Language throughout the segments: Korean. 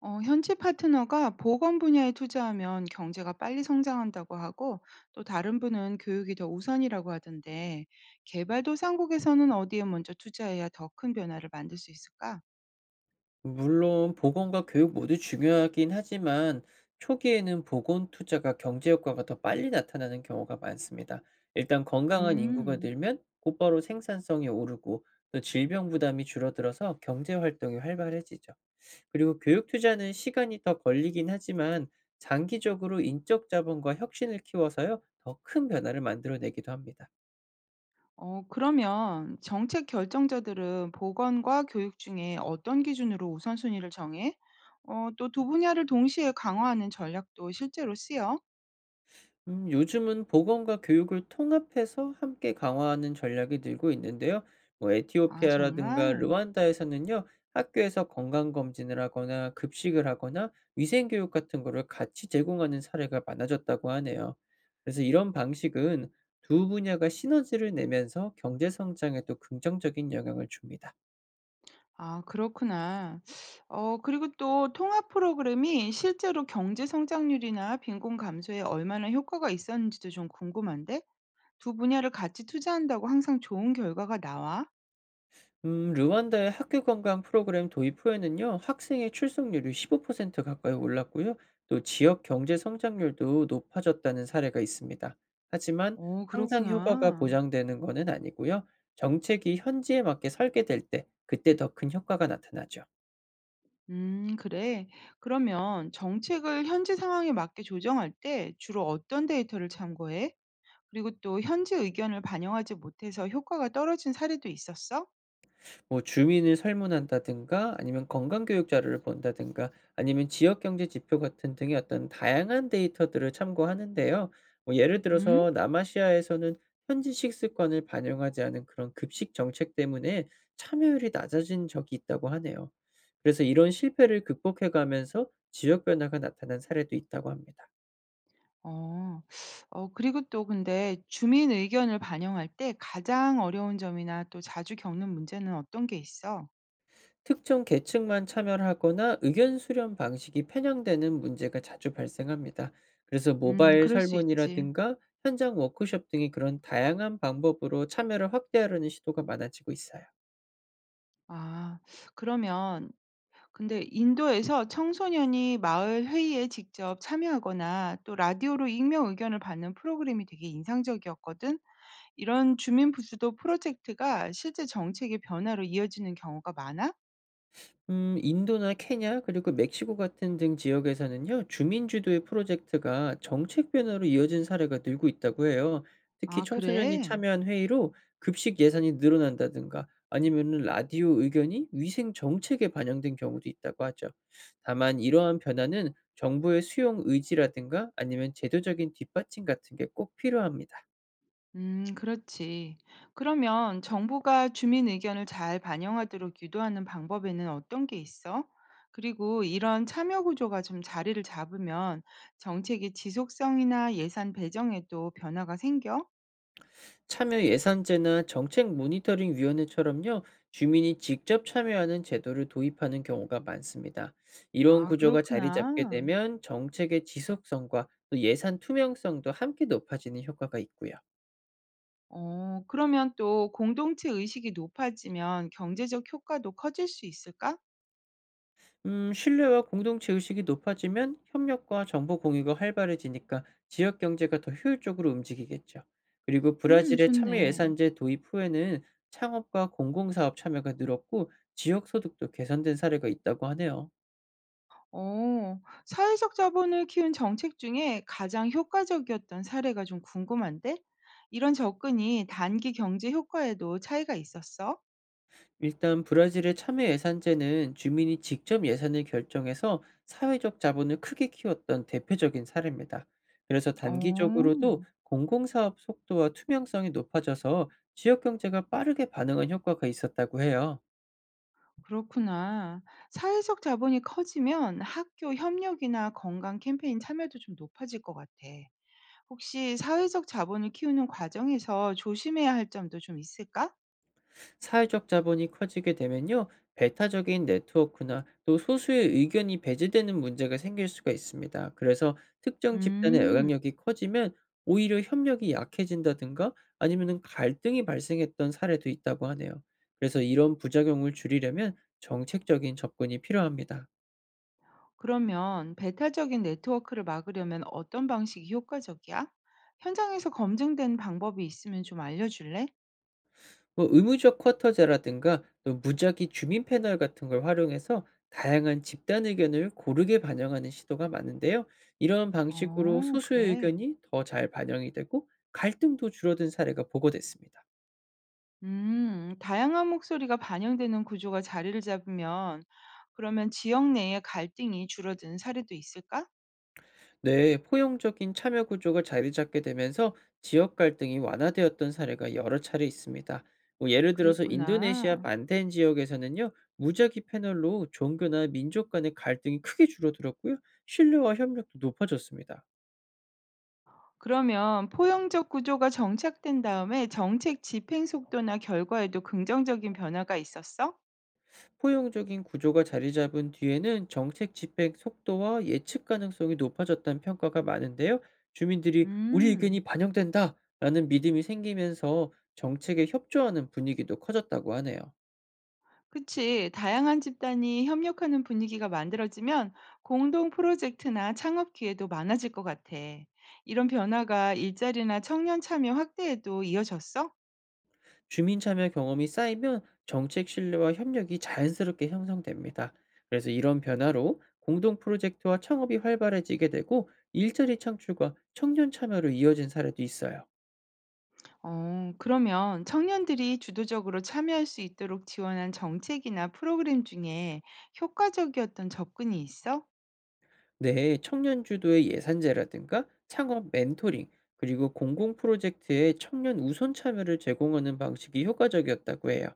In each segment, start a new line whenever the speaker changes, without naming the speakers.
현지 파트너가 보건 분야에 투자하면 경제가 빨리 성장한다고 하고 또 다른 분은 교육이 더 우선이라고 하던데 개발도상국에서는 어디에 먼저 투자해야 더 큰 변화를 만들 수 있을까?
물론 보건과 교육 모두 중요하긴 하지만 초기에는 보건 투자가 경제 효과가 더 빨리 나타나는 경우가 많습니다. 일단 건강한 인구가
음,
늘면 곧바로 생산성이 오르고 또 질병 부담이 줄어들어서 경제 활동이 활발해지죠. 그리고 교육 투자는 시간이 더 걸리긴 하지만 장기적으로 인적 자본과 혁신을 키워서요, 더 큰 변화를 만들어내기도 합니다.
그러면 정책 결정자들은 보건과 교육 중에 어떤 기준으로 우선순위를 정해? 또 두 분야를 동시에 강화하는 전략도 실제로 쓰여?
요즘은 보건과 교육을 통합해서 함께 강화하는 전략이 늘고 있는데요. 뭐
아,
에티오피아라든가
정말?
르완다에서는요, 학교에서 건강검진을 하거나 급식을 하거나 위생교육 같은 거를 같이 제공하는 사례가 많아졌다고 하네요. 그래서 이런 방식은 두 분야가 시너지를 내면서 경제성장에도 긍정적인 영향을 줍니다.
아 그렇구나. 그리고 또 통합 프로그램이 실제로 경제 성장률이나 빈곤 감소에 얼마나 효과가 있었는지도 좀 궁금한데? 두 분야를 같이 투자한다고 항상 좋은 결과가 나와?
르완다의 학교 건강 프로그램 도입 후에는요, 학생의 출석률이 15% 가까이 올랐고요, 또 지역 경제 성장률도 높아졌다는 사례가 있습니다. 하지만 항상 효과가
그렇구나.
보장되는 것은 아니고요, 정책이 현지에 맞게 설계될 때, 그때 더 큰 효과가 나타나죠.
그래. 그러면 정책을 현지 상황에 맞게 조정할 때 주로 어떤 데이터를 참고해? 그리고 또 현지 의견을 반영하지 못해서 효과가 떨어진 사례도 있었어?
뭐 주민을 설문한다든가 아니면 건강교육 자료를 본다든가 아니면 지역 경제 지표 같은 등의 어떤 다양한 데이터들을 참고하는데요. 뭐 예를
음.
들어서 남아시아에서는 현지식 습관을 반영하지 않은 그런 급식 정책 때문에 참여율이 낮아진 적이 있다고 하네요. 그래서 이런 실패를 극복해 가면서 지역 변화가 나타난 사례도 있다고 합니다.
어. 그리고 또 근데 주민 의견을 반영할 때 가장 어려운 점이나 또 자주 겪는 문제는 어떤 게 있어?
특정 계층만 참여를 하거나 의견 수렴 방식이 편향되는 문제가 자주 발생합니다. 그래서 모바일
그럴 수 있지.
설문이라든가 현장 워크숍 등이 그런 다양한 방법으로 참여를 확대하려는 시도가 많아지고 있어요.
아 그러면 근데 인도에서 청소년이 마을 회의에 직접 참여하거나 또 라디오로 익명 의견을 받는 프로그램이 되게 인상적이었거든. 이런 주민 부수도 프로젝트가 실제 정책의 변화로 이어지는 경우가 많아?
인도나 케냐 그리고 멕시코 같은 등 지역에서는요. 주민 주도의 프로젝트가 정책 변화로 이어진 사례가 늘고 있다고 해요. 특히
아
청소년이
그래?
참여한 회의로 급식 예산이 늘어난다든가 아니면은 라디오 의견이 위생 정책에 반영된 경우도 있다고 하죠. 다만 이러한 변화는 정부의 수용 의지라든가 아니면 제도적인 뒷받침 같은 게 꼭 필요합니다.
그렇지. 그러면 정부가 주민 의견을 잘 반영하도록 유도하는 방법에는 어떤 게 있어? 그리고 이런 참여 구조가 좀 자리를 잡으면 정책의 지속성이나 예산 배정에도 변화가 생겨?
참여 예산제나 정책 모니터링 위원회처럼요, 주민이 직접 참여하는 제도를 도입하는 경우가 많습니다. 이런
아,
구조가 자리 잡게
그렇구나.
되면 정책의 지속성과 또 예산 투명성도 함께 높아지는 효과가 있고요.
그러면 또 공동체 의식이 높아지면 경제적 효과도 커질 수 있을까?
신뢰와 공동체 의식이 높아지면 협력과 정보 공유가 활발해지니까 지역 경제가 더 효율적으로 움직이겠죠. 그리고 브라질의 참여
좋네.
예산제 도입 후에는 창업과 공공사업 참여가 늘었고 지역 소득도 개선된 사례가 있다고 하네요.
사회적 자본을 키운 정책 중에 가장 효과적이었던 사례가 좀 궁금한데? 이런 접근이 단기 경제 효과에도 차이가 있었어?
일단 브라질의 참여 예산제는 주민이 직접 예산을 결정해서 사회적 자본을 크게 키웠던 대표적인 사례입니다. 그래서
어,
단기적으로도 공공사업 속도와 투명성이 높아져서 지역 경제가 빠르게 반응한 효과가 있었다고 해요.
그렇구나. 사회적 자본이 커지면 학교 협력이나 건강 캠페인 참여도 좀 높아질 것 같아. 혹시 사회적 자본을 키우는 과정에서 조심해야 할 점도 좀 있을까?
사회적 자본이 커지게 되면요, 배타적인 네트워크나 또 소수의 의견이 배제되는 문제가 생길 수가 있습니다. 그래서 특정
음.
집단의 영향력이 커지면 오히려 협력이 약해진다든가 아니면은 갈등이 발생했던 사례도 있다고 하네요. 그래서 이런 부작용을 줄이려면 정책적인 접근이 필요합니다.
그러면 배타적인 네트워크를 막으려면 어떤 방식이 효과적이야? 현장에서 검증된 방법이 있으면 좀 알려줄래?
뭐 의무적 쿼터제라든가 또 무작위 주민 패널 같은 걸 활용해서 다양한 집단 의견을 고르게 반영하는 시도가 많은데요. 이런 방식으로
어,
소수의
그래.
의견이 더 잘 반영이 되고 갈등도 줄어든 사례가 보고됐습니다.
다양한 목소리가 반영되는 구조가 자리를 잡으면 그러면 지역 내의 갈등이 줄어드는 사례도 있을까?
네, 포용적인 참여 구조가 자리 잡게 되면서 지역 갈등이 완화되었던 사례가 여러 차례 있습니다. 뭐 예를 들어서 인도네시아
그랬구나.
반텐 지역에서는요, 무작위 패널로 종교나 민족 간의 갈등이 크게 줄어들었고요, 신뢰와 협력도 높아졌습니다.
그러면 포용적 구조가 정착된 다음에 정책 집행 속도나 결과에도 긍정적인 변화가 있었어?
포용적인 구조가 자리 잡은 뒤에는 정책 집행 속도와 예측 가능성이 높아졌다는 평가가 많은데요. 주민들이 우리 의견이
음.
반영된다라는 믿음이 생기면서 정책에 협조하는 분위기도 커졌다고 하네요.
그치. 다양한 집단이 협력하는 분위기가 만들어지면 공동 프로젝트나 창업 기회도 많아질 것 같아. 이런 변화가 일자리나 청년 참여 확대에도 이어졌어?
주민 참여 경험이 쌓이면 정책 신뢰와 협력이 자연스럽게 형성됩니다. 그래서 이런 변화로 공동 프로젝트와 창업이 활발해지게 되고 일자리 창출과 청년 참여로 이어진 사례도 있어요.
그러면 청년들이 주도적으로 참여할 수 있도록 지원한 정책이나 프로그램 중에 효과적이었던 접근이 있어?
네, 청년 주도의 예산제라든가 창업 멘토링, 그리고 공공 프로젝트에 청년 우선 참여를 제공하는 방식이 효과적이었다고 해요.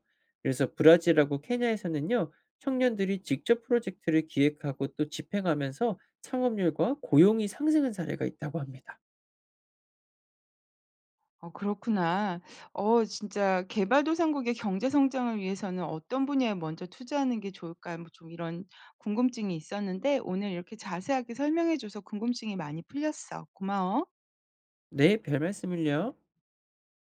그래서 브라질하고 케냐에서는요, 청년들이 직접 프로젝트를 기획하고 또 집행하면서 창업률과 고용이 상승한 사례가 있다고 합니다.
그렇구나. 진짜 개발도상국의 경제 성장을 위해서는 어떤 분야에 먼저 투자하는 게 좋을까 뭐 좀 이런 궁금증이 있었는데 오늘 이렇게 자세하게 설명해 줘서 궁금증이 많이 풀렸어. 고마워.
네, 별 말씀을요.